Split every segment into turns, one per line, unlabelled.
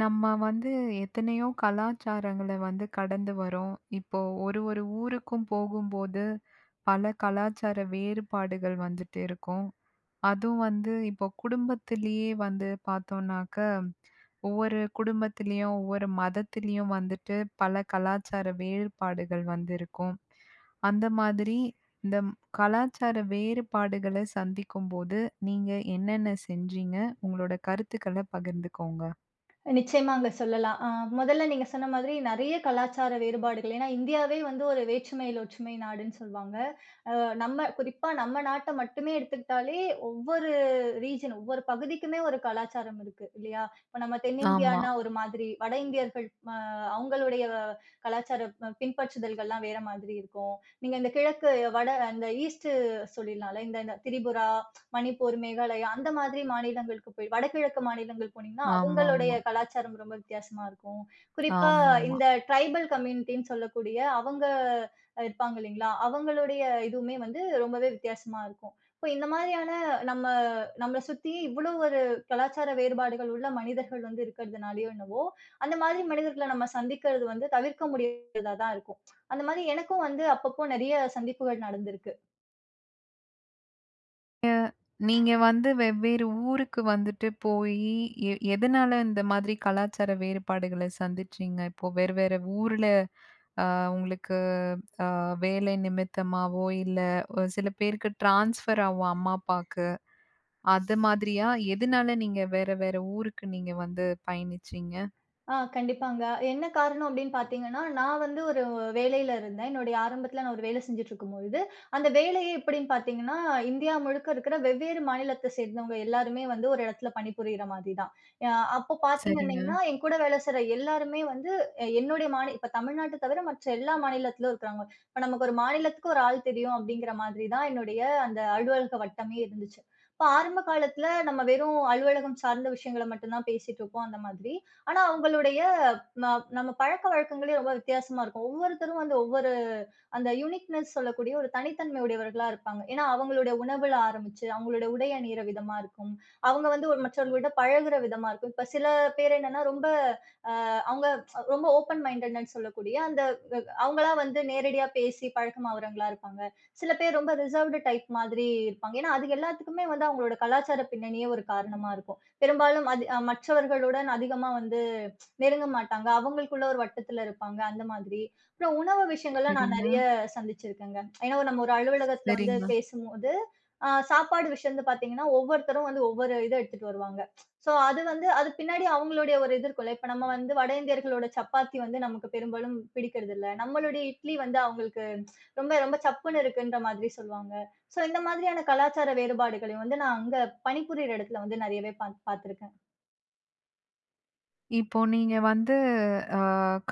நம்ம வந்து எத்தனையோ கலாச்சாரங்கள வந்து கடந்து வரோம். இப்போ ஒரு ஒரு ஊருக்கும் போகும்போது, பல கலாச்சார வேறுபாடுகள் வந்துட்டு இருக்கும். அதுவும் வந்து இப்போ குடும்பத்திலேயே வந்து பார்த்தோம்னாக்க, ஒவ்வொரு குடும்பத்திலேயும், ஒவ்வொரு மதத்திலேயும் வந்துட்டு பல கலாச்சார வேறுபாடுகள் வந்து இருக்கும். அந்த மாதிரி இந்த கலாச்சார வேறுபாடுகள சந்திக்கும்போது, நீங்க என்னென்ன செஞ்சீங்க? உங்களோட கருத்துக்கள பகிர்ந்துக்கோங்க.
நிச்சயமாங்க சொல்லலாம். முதல்ல நீங்க சொன்ன மாதிரி நெறைய கலாச்சார வேறுபாடுகள். ஏன்னா இந்தியாவே வந்து ஒரு வேற்றுமையில் ஒற்றுமை நாடுன்னு சொல்வாங்க. அ நம்ம குறிப்பா நம்ம நாட்ட மட்டுமே எடுத்துக்கிட்டாலே ஒவ்வொரு ரீஜன், ஒவ்வொரு பகுதிக்குமே ஒரு கலாச்சாரம் இருக்கு இல்லையா? இப்ப நம்ம
ஆமா.
தென்னிந்தியான்னா ஒரு மாதிரி, வட இந்தியர்கள் அ அவங்களுடைய கலாச்சார பின்பற்றுதல்கள்லாம் வேற மாதிரி இருக்கும். நீங்க இந்த கிழக்கு வட அந்த ஈஸ்ட் சொல்லிடலாம்ல. இந்த இந்த திரிபுரா மணிப்பூர், மேகாலயா அந்த மாதிரி மாநிலங்களுக்கு போய் வடகிழக்கு மாநிலங்கள் போனீங்கன்னா, அவங்களுடைய
ஆமாமா.
கலாச்சாரம் ரொம்ப வித்தியாசமா இருக்கும். குறிப்பா
ஆமாமா.
இந்த ட்ரைபல் கம்யூனிட்டின்னு சொல்லக்கூடிய அவங்க இருப்பாங்க இல்லைங்களா? அவங்களுடைய இதுவுமே வந்து ரொம்பவே வித்தியாசமா இருக்கும். இப்போ இந்த மாதிரியான நம்ம நம்மள சுத்தி இவ்ளோ ஒரு கலாச்சார வேறுபாடுகள் உள்ள மனிதர்கள் வந்து இருக்கிறதுனாலயோ என்னவோ, அந்த மாதிரி மனிதர்கள நம்ம சந்திக்கிறது வந்து தவிர்க்க முடியாததா தான் இருக்கும். அந்த மாதிரி எனக்கும் வந்து அப்பப்போ நெறைய சந்திப்புகள் நடந்திருக்கு.
நீங்க வந்து வெவ்வேறு ஊருக்கு வந்துட்டு போயி, எதனால இந்த மாதிரி கலாச்சார வேறுபாடுகள சந்திச்சீங்க? இப்போ வேறு வேற ஊர்ல அ உங்களுக்கு அ வேலை நிமித்தமாவோ, இல்ல சில பேருக்கு ட்ரான்ஸ்ஃபர் ஆவும் அம்மா, அப்பாக்கு. அது மாதிரியா? எதனால நீங்க வேற வேற ஊருக்கு நீங்க வந்து பயணிச்சீங்க?
ஆ கண்டிப்பாங்க. என்ன காரணம் அப்படின்னு பார்த்தீங்கன்னா, நான் வந்து ஒரு வேலையில இருந்தேன். என்னுடைய ஆரம்பத்தில நான் ஒரு வேலை செஞ்சுட்டு இருக்கும்பொழுது, அந்த வேலையே எப்படின்னு பார்த்தீங்கன்னா, இந்தியா முழுக்க இருக்கிற வெவ்வேறு மாநிலத்த சேர்ந்தவங்க எல்லாருமே வந்து ஒரு இடத்துல பணிபுரியிற மாதிரி தான். அ அப்போ
சரிங்க,
பார்த்தீங்கன்னா, என் கூட வேலை செய்ற எல்லாருமே வந்து என்னுடைய இப்ப தமிழ்நாட்ட தவிர மற்ற எல்லா மாநிலத்திலும் இருக்கிறாங்க. இப்ப நமக்கு ஒரு மாநிலத்துக்கு ஒரு ஆள் தெரியும் அப்படிங்கிற மாதிரி தான் என்னுடைய அந்த அலுவலக வட்டமே இருந்துச்சு. இப்ப ஆரம்ப காலத்தில நம்ம வெறும் அலுவலகம் சார்ந்த விஷயங்கள மட்டும் தான் பேசிட்டு இருப்போம் அந்த மாதிரி. ஆனா அவங்களுடைய ம நம்ம பழக்கவழக்கங்களே ரொம்ப வித்தியாசமா இருக்கும். ஒவ்வொருத்தரும் வந்து ஒவ்வொரு அந்த யூனிக்னெஸ் சொல்லக்கூடிய ஒரு தனித்தன்மை உடையவர்களா இருப்பாங்க. ஏன்னா, அவங்களுடைய உணவுல ஆரம்பிச்சு, அவங்களுடைய உடை அணியிற விதமா இருக்கும். அவங்க வந்து ஒரு மற்றவர்கள்ட்ட பழகுற விதமா இருக்கும். இப்ப சில பேர் என்னன்னா ரொம்ப அ அவங்க ரொம்ப ஓப்பன் மைண்டட்ன்னு சொல்லக்கூடிய அந்த அ அவங்களா வந்து நேரடியா பேசி பழக்கமாவறவங்களா இருப்பாங்க. சில பேர் ரொம்ப ரிசர்வ்டு டைப் மாதிரி இருப்பாங்க. ஏன்னா, அது எல்லாத்துக்குமே வந்து அவங்களோட கலாச்சார பின்னணியே ஒரு காரணமா இருக்கும். பெரும்பாலும் அது மற்றவர்களுடன் அதிகமா வந்து நெருங்க மாட்டாங்க. அவங்களுக்குள்ள ஒரு வட்டத்துல இருப்பாங்க, அந்த மாதிரி. அப்புறம் உணவு விஷயங்கள்ல நான்
சரிங்க,
நெறைய சந்திச்சிருக்கேங்க. ஏன்னா ஒரு நம்ம ஒரு அலுவலகத்துல வந்து
சரிங்க.
பேசும்போது, சாப்பாடு விஷயம் வந்து பாத்தீங்கன்னா, ஒவ்வொருத்தரும் வந்து ஒவ்வொரு இத எடுத்துட்டு வருவாங்க. ஸோ அது வந்து அது பின்னாடி அவங்களுடைய ஒரு இது இருக்கும்ல. இப்ப நம்ம வந்து வட இந்தியர்களோட சப்பாத்தி வந்து நமக்கு பெரும்பாலும் பிடிக்கிறதில்ல. நம்மளுடைய இட்லி வந்து அவங்களுக்கு ரொம்ப ரொம்ப சப்புன்னு இருக்குன்ற மாதிரி சொல்லுவாங்க. சோ இந்த மாதிரியான கலாச்சார வேறுபாடுகளையும் வந்து நான் அங்க பணிபுரியிற இடத்துல வந்து நெறையவே பாத்துருக்கேன்.
இப்போ நீங்க வந்து அ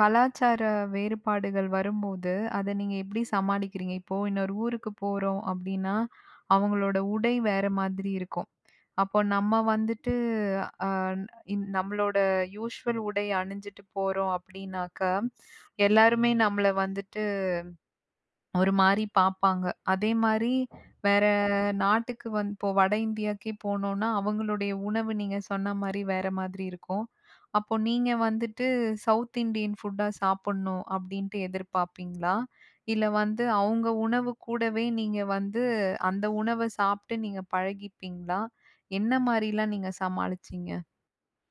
கலாச்சார வேறுபாடுகள் வரும்போது, அத நீங்க எப்படி சமாளிக்கிறீங்க? இப்போ இன்னொரு ஊருக்கு போறோம் அப்படின்னா, அவங்களோட உடை வேற மாதிரி இருக்கும். அப்போ நம்ம வந்துட்டு அ நம்மளோட யூசுவல் உடை அணிஞ்சிட்டு போறோம் அப்படின்னாக்கா, எல்லாருமே நம்மள வந்துட்டு ஒரு மாரி பாப்பாங்க. அதே மாரி வேற நாட்டுக்கு வந்து இப்போ வட இந்தியாக்கே போனோம்னா, அவங்களுடைய உணவு நீங்க சொன்ன மாரி வேற மாதிரி இருக்கும். அப்போ நீங்க வந்துட்டு சவுத் இண்டியன் ஃபுட்டா சாப்பிடணும் அப்படின்ட்டு எதிர்பார்ப்பீங்களா? இல்ல வந்து அவங்க உணவு கூடவே நீங்க வந்து அந்த உணவ சாப்பிட்டு நீங்க பழகிப்பீங்களா? என்ன மாரிலாம் நீங்க சமாளிச்சீங்க?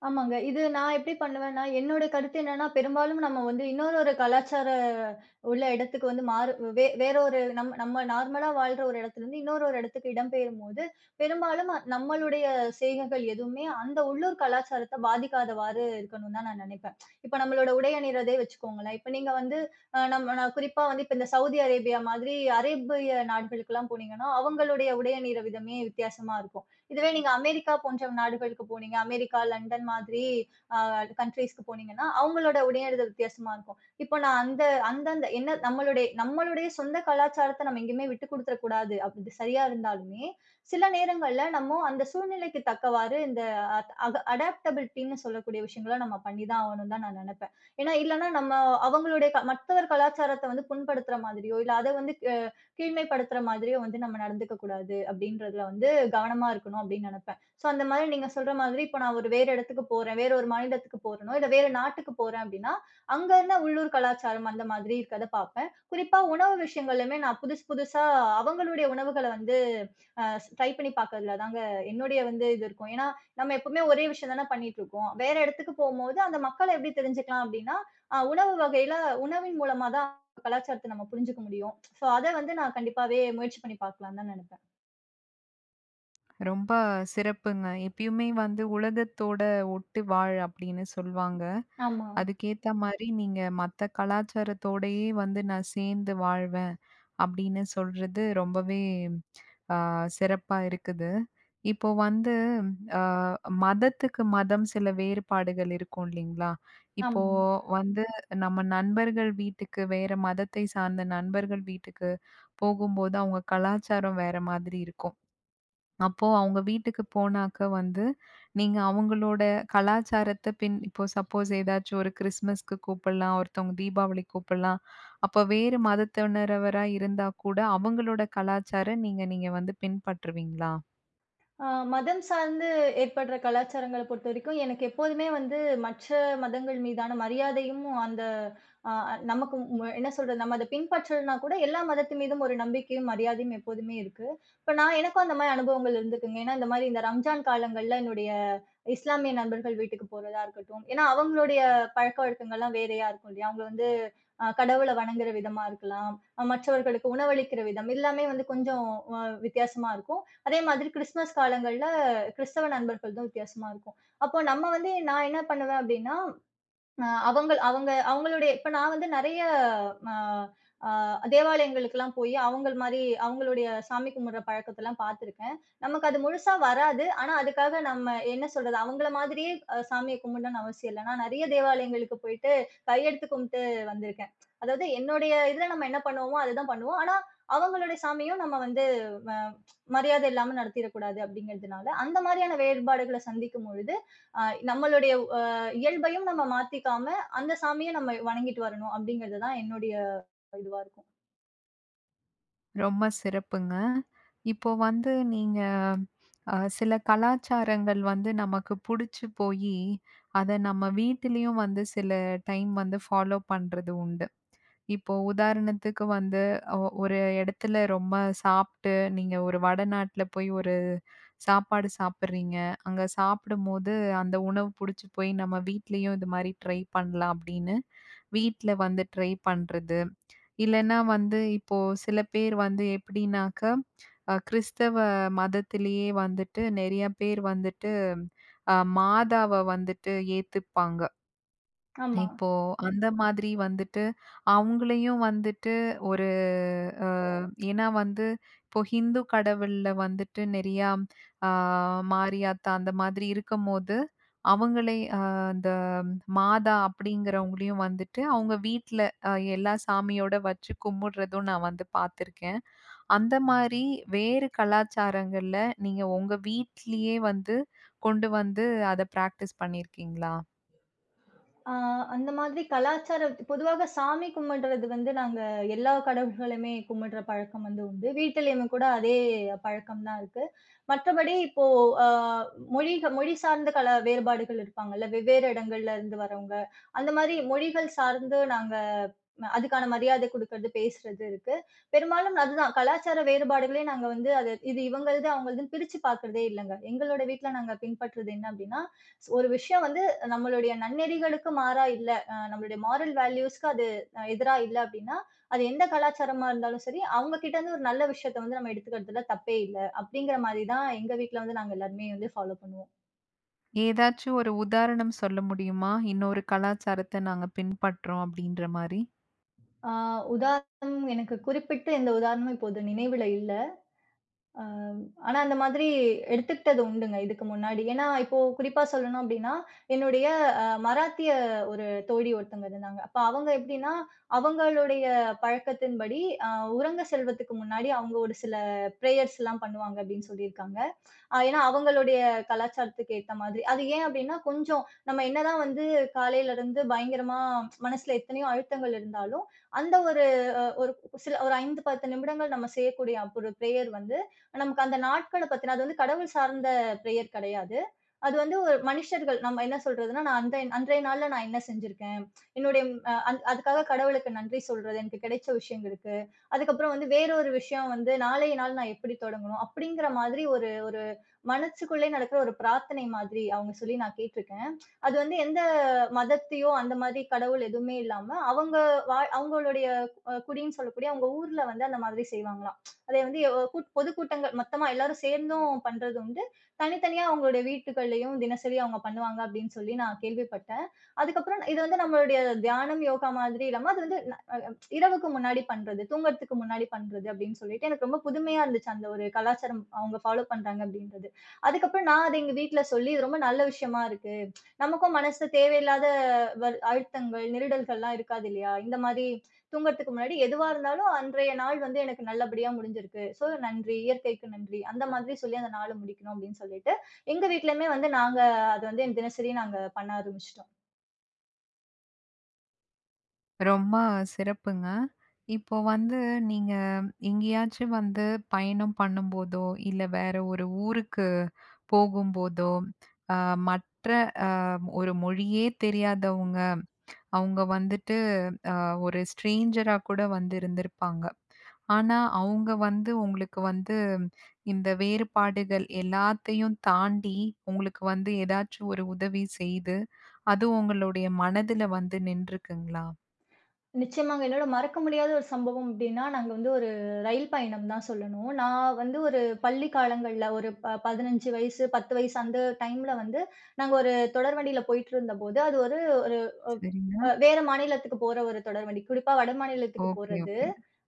ஆமாங்க. இது நான் எப்படி பண்ணுவேன்னா, என்னோட கருத்து என்னன்னா, பெரும்பாலும் நம்ம வந்து இன்னொரு ஒரு கலாச்சார உள்ள இடத்துக்கு வந்து வேற ஒரு நம்ம நார்மலா வாழ்ற ஒரு இடத்துலருந்து இன்னொரு ஒரு இடத்துக்கு இடம்பெயரும்போது, பெரும்பாலும் நம்மளுடைய செய்கைகள் எதுவுமே அந்த உள்ளூர் கலாச்சாரத்த பாதிக்காதவாறு இருக்கணும்னு தான் நான் நினைப்பேன். இப்ப நம்மளோட உடை அணியிறதே வச்சுக்கோங்களேன். இப்ப நீங்க வந்து நான் குறிப்பா வந்து இப்ப இந்த சவுதி அரேபியா மாதிரி அரேபிய நாடுகளுக்கெல்லாம் போனீங்கன்னா, அவங்களுடைய உடை அணியிற விதமே வித்தியாசமா இருக்கும். இதுவே நீங்க அமெரிக்கா போன்ற நாடுகளுக்கு போனீங்க, அமெரிக்கா, லண்டன் மாதிரி அ கன்ட்ரீஸ்க்கு போனீங்கன்னா, அவங்களோட உடையணிதல் வித்தியாசமா இருக்கும். இப்போ நான் அந்த அந்தந்த என்ன நம்மளுடைய நம்மளுடைய சொந்த கலாச்சாரத்த நம்ம எங்கேயுமே விட்டுக் குடுத்துற கூடாது. அப்படி சரியா இருந்தாலுமே, சில நேரங்கள்ல நம்ம அந்த சூழ்நிலைக்கு தக்கவாறு இந்த அடாப்டபிலிட்டின்னு சொல்லக்கூடிய விஷயங்கள நம்ம பண்ணி தான் ஆகணும்னு தான் நான் நெனப்பேன். ஏன்னா, இல்லன்னா நம்ம அவங்களுடைய மற்றவர் கலாச்சாரத்த வந்து புண்படுத்துற மாதிரியோ, இல்ல அத வந்து கீழ்மைப்படுத்துற மாதிரியோ வந்து நம்ம நடந்துக்க கூடாது அப்படின்றதுல வந்து கவனமா இருக்கணும் அப்படின்னு நினைப்பேன். ஸோ அந்த மாதிரி நீங்க சொல்ற மாதிரி இப்போ நான் ஒரு வேற இடத்துக்கு போறேன், வேற ஒரு மாநிலத்துக்கு போறேனோ, இல்ல வேற நாட்டுக்கு போறேன் அப்படின்னா, அங்க என்ன உள்ளூர் கலாச்சாரம் அந்த மாதிரி இருக்கிறத பார்ப்பேன். குறிப்பா உணவு விஷயங்கள்லயுமே நான் புதுசு புதுசா அவங்களுடைய உணவுகள வந்து அ ட்ரை பண்ணி பார்க்கறதுல தாங்க என்னுடைய வந்து இது இருக்கும். ஏன்னா, நம்ம எப்பவுமே ஒரே விஷயம் தானே பண்ணிட்டுருக்கோம். வேற இடத்துக்கு போம்போது அந்த மக்கள எப்படி தெரிஞ்சுக்கலாம் அப்படின்னா, உணவு வகையில உணவின் மூலமா தான் கலாச்சாரத்த நம்ம புரிஞ்சுக்க முடியும். சோ, அத வந்து நான் கண்டிப்பாவே முயற்சி பண்ணி பார்க்கலான்னு தான் நெனைப்பேன்.
ரொம்ப சிறப்புங்க. எப்பயுமே வந்து உலகத்தோட ஒட்டி வாழ் அப்படின்னு சொல்வாங்க.
ஆமா,
அதுக்கேத்த மாரி நீங்க மத்த கலாச்சாரத்தோடயே வந்து நான் சேர்ந்து வாழ்வேன் அப்படின்னு சொல்றது ரொம்பவே ஆ சிறப்பா இருக்குது. இப்போ வந்து அ மதத்துக்கு மதம் சில வேறுபாடுகள் இருக்கும் இல்லைங்களா? இப்போ
ஆமா.
வந்து நம்ம நண்பர்கள் வீட்டுக்கு வேற மதத்தை சார்ந்த நண்பர்கள் வீட்டுக்கு போகும்போது அவங்க கலாச்சாரம் வேற மாதிரி இருக்கும். அப்போ அவங்க வீட்டுக்கு போனாக்க வந்து, நீங்க அவங்களோட கலாச்சாரத்த இப்போ சப்போஸ் ஏதாச்சும் ஒரு கிறிஸ்மஸ்க்கு கூப்பிடலாம், ஒருத்தவங்க தீபாவளிக்கு கூப்பிடலாம். அப்ப வேறு மதத்தினரவரா இருந்தா கூட அவங்களோட கலாச்சார நீங்க நீங்க வந்து பின்பற்றுவீங்களா?
ஆ மதம் சார்ந்து ஏற்படுற கலாச்சாரங்கள பொறுத்தவரைக்கும், எனக்கு எப்போதுமே வந்து மற்ற மதங்கள் மீதான மரியாதையும், அந்த அ நமக்கு என்ன சொல்றது? நம்ம அத பின்பற்றலனா கூட எல்லா மதத்து மீதும் ஒரு நம்பிக்கையும், மரியாதையும் எப்போதுமே இருக்கு. இப்ப நான் எனக்கும் அந்த மாரி அனுபவங்கள் இருந்துக்குங்க. ஏன்னா, இந்த மாரி இந்த ரம்ஜான் காலங்கள்ல என்னுடைய இஸ்லாமிய நண்பர்கள் வீட்டுக்கு போறதா இருக்கட்டும். ஏன்னா, அவங்களுடைய பழக்கவழக்கங்கள்லாம் வேறையா இருக்கும் இல்லையா? அவங்க வந்து கடவுள வணங்குற விதமா இருக்கலாம். மற்றவர்களுக்கு உணவளிக்கிற விதம் எல்லாமே வந்து கொஞ்சம் வித்தியாசமா இருக்கும். அதே மாதிரி கிறிஸ்மஸ் காலங்கள்ல கிறிஸ்தவ நண்பர்கள் தான் வித்தியாசமா இருக்கும். அப்போ நம்ம வந்து நான் என்ன பண்ணுவேன் அப்டின்னா அவங்க அவங்க அவங்களுடைய இப்ப நான் வந்து நெறைய அ அ தேவாலயங்களுக்கெல்லாம் போயி, அவங்கள் மாரி அவங்களுடைய சாமி கும்பிடுற பழக்கத்தெல்லாம் பார்த்துருக்கேன். நமக்கு அது முழுசா வராது. ஆனா, அதுக்காக நம்ம என்ன சொல்றது, அவங்கள மாதிரியே சாமிய கும்பிடணும்னு அவசியம் இல்ல. நான் நெறைய தேவாலயங்களுக்கு போயிட்டு கையெடுத்து கும்பிட்டு வந்திருக்கேன். அதாவது என்னுடைய இதுல நம்ம என்ன பண்ணுவோமோ, அதுதான் பண்ணுவோம். ஆனா, அவங்களுடைய சாமியும் நம்ம வந்து வ மரியாதை இல்லாம நடத்திறக்கூடாது அப்படிங்கிறதுனால, அந்த மாரியான வேறுபாடுகள சந்திக்கும் பொழுது, அ நம்மளுடைய இயல்பையும் நம்ம மாத்திக்காம, அந்த சாமிய நம்ம வணங்கிட்டு வரணும். அப்படிங்கிறது தான் என்னுடைய இதுவா இருக்கும்.
ரொம்ப சிறப்புங்க. இப்போ வந்து நீங்க சில கலாச்சாரங்கள் வந்து நமக்கு புடிச்சு போயி, அத நம்ம வீட்டிலயும் வந்து சில டைம் வந்து ஃபாலோ பண்றது உண்டு. இப்போ உதாரணத்துக்கு வந்து ஒரு இடத்துல ரொம்ப சாப்பிட்டு, நீங்க ஒரு வடநாட்ல போய் ஒரு சாப்பாடு சாப்பிடுறீங்க. அங்க சாப்பிடும்போது அந்த உணவு புடிச்சு போய் நம்ம வீட்லயும் இது மாரி ட்ரை பண்ணலாம் அப்படின்னு, வீட்ல வந்து ட்ரை பண்றது. இல்லன்னா வந்து இப்போ சில பேர் வந்து எப்படின்னாக்கா, கிறிஸ்தவ மதத்திலேயே வந்துட்டு நெறைய பேர் வந்துட்டு மாதாவ வந்துட்டு ஏத்துப்பாங்க.
ஆமா.
இப்போ அந்த மாதிரி வந்துட்டு, அவங்களையும் வந்துட்டு ஒரு அ ஏன்னா வந்து இப்போ ஹிந்து கடவுள்ல வந்துட்டு நெறையா ஆ மாரியாத்தா அந்த மாதிரி இருக்கும்போது, அவங்களே அந்த மாதா அப்படிங்கிறவங்களையும் வந்துட்டு அவங்க வீட்ல எல்லா சாமியோட வச்சு கும்பிடுறதும் நான் வந்து பார்த்துருக்கேன். அந்த மாரி வேறு கலாச்சாரங்கள்ல நீங்க உங்க வீட்லயே வந்து கொண்டு வந்து அத பிராக்டிஸ் பண்ணியிருக்கீங்களா?
ஆ அந்த மாதிரி கலாச்சாரம் பொதுவாக சாமி கும்பிடுறது வந்து நாங்க எல்லா கடவுள்களுமே கும்பிடுற பழக்கம் வந்து உண்டு. வீட்டிலயுமே கூட அதே பழக்கம் தான் இருக்கு. மற்றபடி இப்போ அ மொழி மொழி சார்ந்த வேறுபாடுகள் இருப்பாங்கல்ல. வெவ்வேறு இடங்கள்ல இருந்து வரவங்க. அந்த மாதிரி மொழிகள் சார்ந்து நாங்க அதுக்கான மரியாதை குடுக்கறது, பேசுறது இருக்கு. பெரும்பாலும் அதுதான் கலாச்சார வேறுபாடுகளே நாங்க வந்து அது இது இவங்கள்து, அவங்கள்துன்னு பிரிச்சு பார்க்கிறதே இல்லங்க. எங்களோட வீட்ல நாங்க பின்பற்றது என்ன அப்டின்னா, ஒரு விஷயம் வந்து நம்மளுடைய நன்னெறிகளுக்கு மாறா இல்ல, நம்மளுடைய மாரல் வேல்யூஸ்க்கு அது எதிரா இல்ல அப்டின்னா, அது எந்த கலாச்சாரமா இருந்தாலும் சரி, அவங்க கிட்ட இருந்து ஒரு நல்ல விஷயத்த வந்து நம்ம எடுத்துக்கிறதுல தப்பே இல்ல. அப்படிங்கிற மாரி தான் எங்க வீட்ல வந்து நாங்க எல்லாருமே வந்து ஃபாலோ பண்ணுவோம்.
ஏதாச்சும் ஒரு உதாரணம் சொல்ல முடியுமா? இன்னொரு கலாச்சாரத்த நாங்க பின்பற்றோம் அப்டின்ற மாரி.
ஆ உதாரணம் எனக்கு குறிப்பிட்டு இந்த உதாரணம் இப்போது நினைவில இல்ல. அ ஆனா அந்த மாதிரி எடுத்துக்கிட்டது உண்டுங்க இதுக்கு முன்னாடி. ஏன்னா, இப்போ குறிப்பா சொல்லணும் அப்டின்னா, என்னுடைய மராத்திய ஒரு தோழி ஒருத்தங்க இருந்தாங்க. அப்ப அவங்க எப்டின்னா, அவங்களுடைய பழக்கத்தின்படி, அ உறங்க செல்வதற்கு முன்னாடி அவங்க ஒரு சில பிரேயர்ஸ்லாம் பண்ணுவாங்க அப்டின்னு சொல்லியிருக்காங்க. ஏன்னா அவங்களுடைய கலாச்சாரத்துக்கு ஏத்த மாதிரி. அது ஏன் அப்டின்னா, கொஞ்சம் நம்ம என்னதான் வந்து காலையில இருந்து பயங்கரமா மனசுல எத்தனையோ அழுத்தங்கள் இருந்தாலும், அந்த ஒரு ஒரு சில ஒரு 5, 10 நிமிடங்கள் நம்ம செய்யக்கூடிய அப்ப ஒரு பிரேயர் வந்து, நமக்கு அந்த நாட்கள பத்தின அது வந்து கடவுள் சார்ந்த பிரேயர் கெடையாது. அது வந்து ஒரு மனிஷர்கள் நம்ம என்ன சொல்றதுன்னா, நான் அந்த அன்றைய நாள்ல நான் என்ன செஞ்சிருக்கேன்? என்னுடைய அதுக்காக கடவுளுக்கு நன்றி சொல்றது, எனக்கு கிடைச்ச விஷயங்களுக்கு. அதுக்கப்புறம் வந்து வேற ஒரு விஷயம் வந்து நாளைய நாள் நான் எப்படி தொடங்கணும்? அப்படிங்கிற மாதிரி ஒரு ஒரு மனசுக்குள்ளே நடக்கிற ஒரு பிரார்த்தனை மாதிரி அவங்க சொல்லி நான் கேட்டுருக்கேன். அது வந்து எந்த மதத்தையோ, அந்த மாதிரி கடவுள் எதுவுமே இல்லாம, அவங்க அவங்களுடைய குடின்னு சொல்லக்கூடிய அவங்க ஊர்ல வந்து அந்த மாதிரி செய்வாங்களாம். அதை வந்து கூட் பொதுக்கூட்டங்கள் மொத்தமா எல்லாரும் சேர்ந்தும் பண்றது உண்டு. தனித்தனியா அவங்களுடைய வீட்டுகள்லயும் தினசரி அவங்க பண்ணுவாங்க அப்படின்னு சொல்லி நான் கேள்விப்பட்டேன். அதுக்கப்புறம் இத வந்து நம்மளுடைய தியானம், யோகா மாதிரி இல்லாம அது வந்து இரவுக்கு முன்னாடி பண்றது, தூங்குறதுக்கு முன்னாடி பண்றது அப்படின்னு சொல்லிட்டு, எனக்கு ரொம்ப புதுமையா இருந்துச்சு. அந்த ஒரு கலாச்சாரம் அவங்க ஃபாலோ பண்றாங்க அப்படின்றது. அதுக்கப்புறம் நான் அத எங்க வீட்ல சொல்லி, இது ரொம்ப நல்ல விஷயமா இருக்கு. நமக்கும் மனசு தேவையில்லாத அழுத்தங்கள், நெருடல்கள்லாம் இருக்காது இல்லையா? இந்த மாரி தூங்குறதுக்கு முன்னாடி எதுவா இருந்தாலும் அன்றைய நாள் வந்து எனக்கு நல்லபடியா முடிஞ்சிருக்கு. ஸோ நன்றி, இயற்கைக்கு நன்றி. அந்த மாதிரி சொல்லி அந்த நாள முடிக்கணும் அப்படின்னு சொல்லிட்டு, எங்க வீட்லயுமே வந்து நாங்க அத வந்து தினசரி நாங்க பண்ண ஆரம்பிச்சுட்டோம்.
ரொம்ப சிறப்புங்க. இப்போ வந்து நீங்க எங்கேயாச்சும் வந்து பயணம் பண்ணும்போதோ, இல்ல வேற ஒரு ஊருக்கு போகும்போதோ, அ மற்ற அ ஒரு மொழியே தெரியாதவங்க, அவங்க வந்துட்டு அ ஒரு ஸ்ட்ரேஞ்சரா கூட வந்து இருந்திருப்பாங்க. ஆனா, அவங்க வந்து உங்களுக்கு வந்து இந்த வேறுபாடுகள் எல்லாத்தையும் தாண்டி, உங்களுக்கு வந்து ஏதாச்சும் ஒரு உதவி செய்து, அது உங்களுடைய மனதுல வந்து நின்றுக்குங்களா?
நிச்சயமாங்க. என்னோட மறக்க முடியாத ஒரு சம்பவம் அப்டின்னா, நாங்க வந்து ஒரு ரயில் பயணம் தான் சொல்லணும். நான் வந்து ஒரு பள்ளி காலங்கள்ல ஒரு 15 வயசு, 10 வயசு அந்த டைம்ல வந்து, நாங்க ஒரு தொடர் வண்டியில போயிட்டுருந்தபோது, அது ஒரு ஒரு அ அ
சரிங்க.
வேற மாநிலத்துக்கு போற ஒரு தொடர் வண்டி. குறிப்பா வட மாநிலத்துக்கு
ஓகே,
போறது.
ஓகே.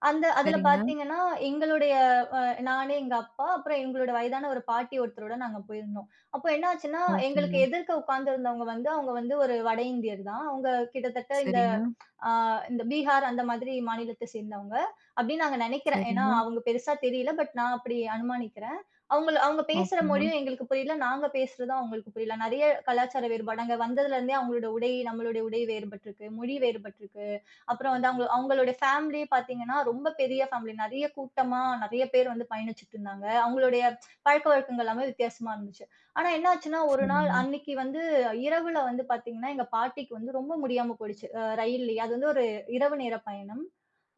அந்த அதுல
சரிங்க.
பார்த்தீங்கன்னா, எங்களுடைய அ நானு, எங்க அப்பா, அப்புறம் எங்களோட வயதான ஒரு பாட்டி ஒருத்தரோட நாங்க போயிருந்தோம். அப்போ என்ன ஆச்சுன்னா, எங்களுக்கு
ஓகேங்க.
எதிர்க்க உட்கார்ந்திருந்தவங்க வந்து, அவங்க வந்து ஒரு வட இந்தியர் தான். அவங்க கிட்டத்தட்ட இந்த
சரிங்க,
ஆ இந்த பீகார் அந்த மாதிரி மாநிலத்த சேர்ந்தவங்க அப்படின்னு நான் நினைக்கிறேன். ஏன்னா,
சரிங்க.
அவங்க பெருசா தெரியல. பட் நான் அப்படி அனுமானிக்கிறேன். அவங்கள அவங்க பேசுற
ஓகேங்க.
மொழியும் எங்களுக்கு புரியல. நாங்க பேசுறதும் அவங்களுக்கு புரியல. நெறைய கலாச்சார வேறுபாடு. அங்க வந்ததுலேருந்தே அவங்களோட உடை, நம்மளுடைய உடை வேறுபட்டிருக்கு. மொழி வேறுபட்டிருக்கு. அப்புறம் வந்து அவங்க அவங்களோட ஃபேமிலியே பார்த்தீங்கன்னா, ரொம்ப பெரிய ஃபேமிலி. நெறைய கூட்டமா, நெறைய பேர் வந்து பயணிச்சுட்டு இருந்தாங்க. அவங்களுடைய பழக்கவழக்கங்கள் எல்லாமே வித்தியாசமா இருந்துச்சு. ஆனா என்ன ஆச்சுன்னா, ஒரு நாள்
சரிங்க,
அன்னைக்கு வந்து இரவுல வந்து பார்த்தீங்கன்னா, எங்க பாட்டிக்கு வந்து ரொம்ப முடியாம போயிடுச்சு. ரயில்லயே. அது வந்து ஒரு இரவு நேர பயணம்.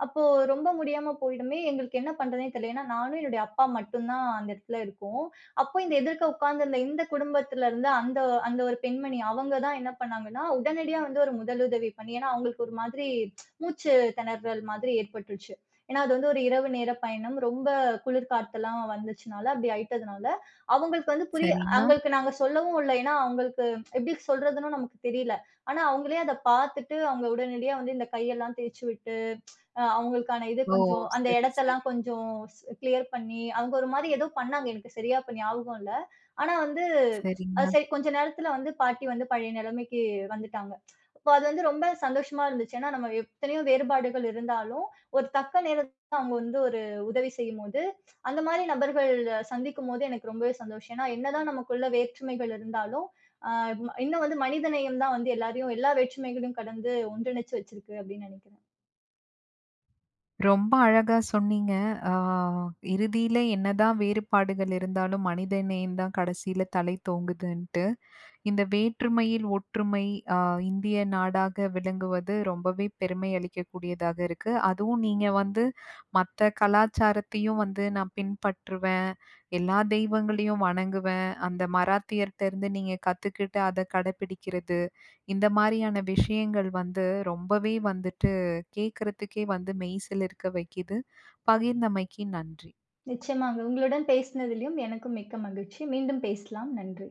அப்போ ரொம்ப முடியாம போயிடுமே, எங்களுக்கு என்ன பண்றதுன்னே தெரியல. ஏன்னா, நானும் என்னுடைய அப்பா மட்டும் தான் அந்த இடத்துல இருக்கோம். அப்போ இந்த எதிர்க்க உட்கார்ந்திருந்த இந்த குடும்பத்துல இருந்த அந்த அந்த ஒரு பெண்மணி அவங்க தான் என்ன பண்ணாங்கன்னா, உடனடியா வந்து ஒரு முதலுதவி பண்ணி ஏன்னா அவங்களுக்கு ஒரு மாதிரி மூச்சு திணறல் மாதிரி ஏற்பட்டுருச்சு. ஏன்னா, அது வந்து ஒரு இரவு நேர பயணம். ரொம்ப குளிர் காத்தெல்லாம் வந்துச்சுனால, அப்படி ஆயிட்டதுனால, அவங்களுக்கு வந்து
சரிங்க. சரிங்க.
அவங்களுக்கு நாங்க சொல்லவும் இல்ல. ஏன்னா, அவங்களுக்கு எப்படி சொல்றதுன்னும் நமக்கு தெரியல. ஆனா, அவங்களே அத பார்த்துட்டு, அவங்க உடனடியா வந்து இந்த கையெல்லாம் தேய்ச்சு விட்டு, அவங்களுக்கான இது
ஓ!
கொஞ்சம் அந்த
சரி,
இடத்தெல்லாம்
சரி.
கொஞ்சம் கிளியர் பண்ணி, அவங்க ஒரு மாரி ஏதோ பண்ணாங்க. எனக்கு சரியா இப்ப ஞாபகம் இல்ல. ஆனா வந்து, அது
சரிங்க.
சரி கொஞ்ச நேரத்துல வந்து பாட்டி வந்து பழைய நிலைமைக்கு வந்துட்டாங்க. அப்ப அது வந்து ரொம்ப சந்தோஷமா இருந்துச்சு. ஏன்னா நம்ம எத்தனையோ வேறுபாடுகள் இருந்தாலும், ஒரு தக்க நேரத்துல அவங்க வந்து ஒரு உதவி செய்யும்போது, அந்த மாரி நபர்கள் சந்திக்கும்போது எனக்கு ரொம்பவே சந்தோஷம். ஏன்னா என்னதான் நமக்குள்ள வேற்றுமைகள் இருந்தாலும், அ இன்னும் வந்து மனிதநேயம் தான் வந்து எல்லாரையும் எல்லா வேற்றுமைகளையும் கடந்து ஒன்றிணைச்சு வச்சிருக்கு அப்படின்னு நினைக்கிறேன்.
ரொம்ப அழகா சொன்னீங்க. ஆ இறுதியில என்னதான் வேறுபாடுகள் இருந்தாலும் மனிதநேயம் தான் கடைசியில தலை தோங்குதுன்ட்டு. இந்த வேற்றுமையில் ஒற்றுமை ஆ இந்திய நாடாக விளங்குவது ரொம்பவே பெருமை அளிக்கக்கூடியதாக இருக்கு. அதுவும் நீங்க வந்து மத்த கலாச்சாரத்தையும் வந்து நான் பின்பற்றுவேன். எல்லா தெய்வங்களையும் வணங்குவேன். அந்த மராத்தியர்ட்ட இருந்து நீங்க கத்துக்கிட்டு அத கடைப்பிடிக்கிறது. இந்த மாரியான விஷயங்கள் வந்து ரொம்பவே வந்துட்டு கேட்கறதுக்கே வந்து மெய்சிலிர்க்க வைக்கிது. பகிர்ந்தமைக்கு நன்றி.
நிச்சயமாங்க. உங்களுடன் பேசினதிலும் எனக்கும் மிக்க மகிழ்ச்சி. மீண்டும் பேசலாம். நன்றி.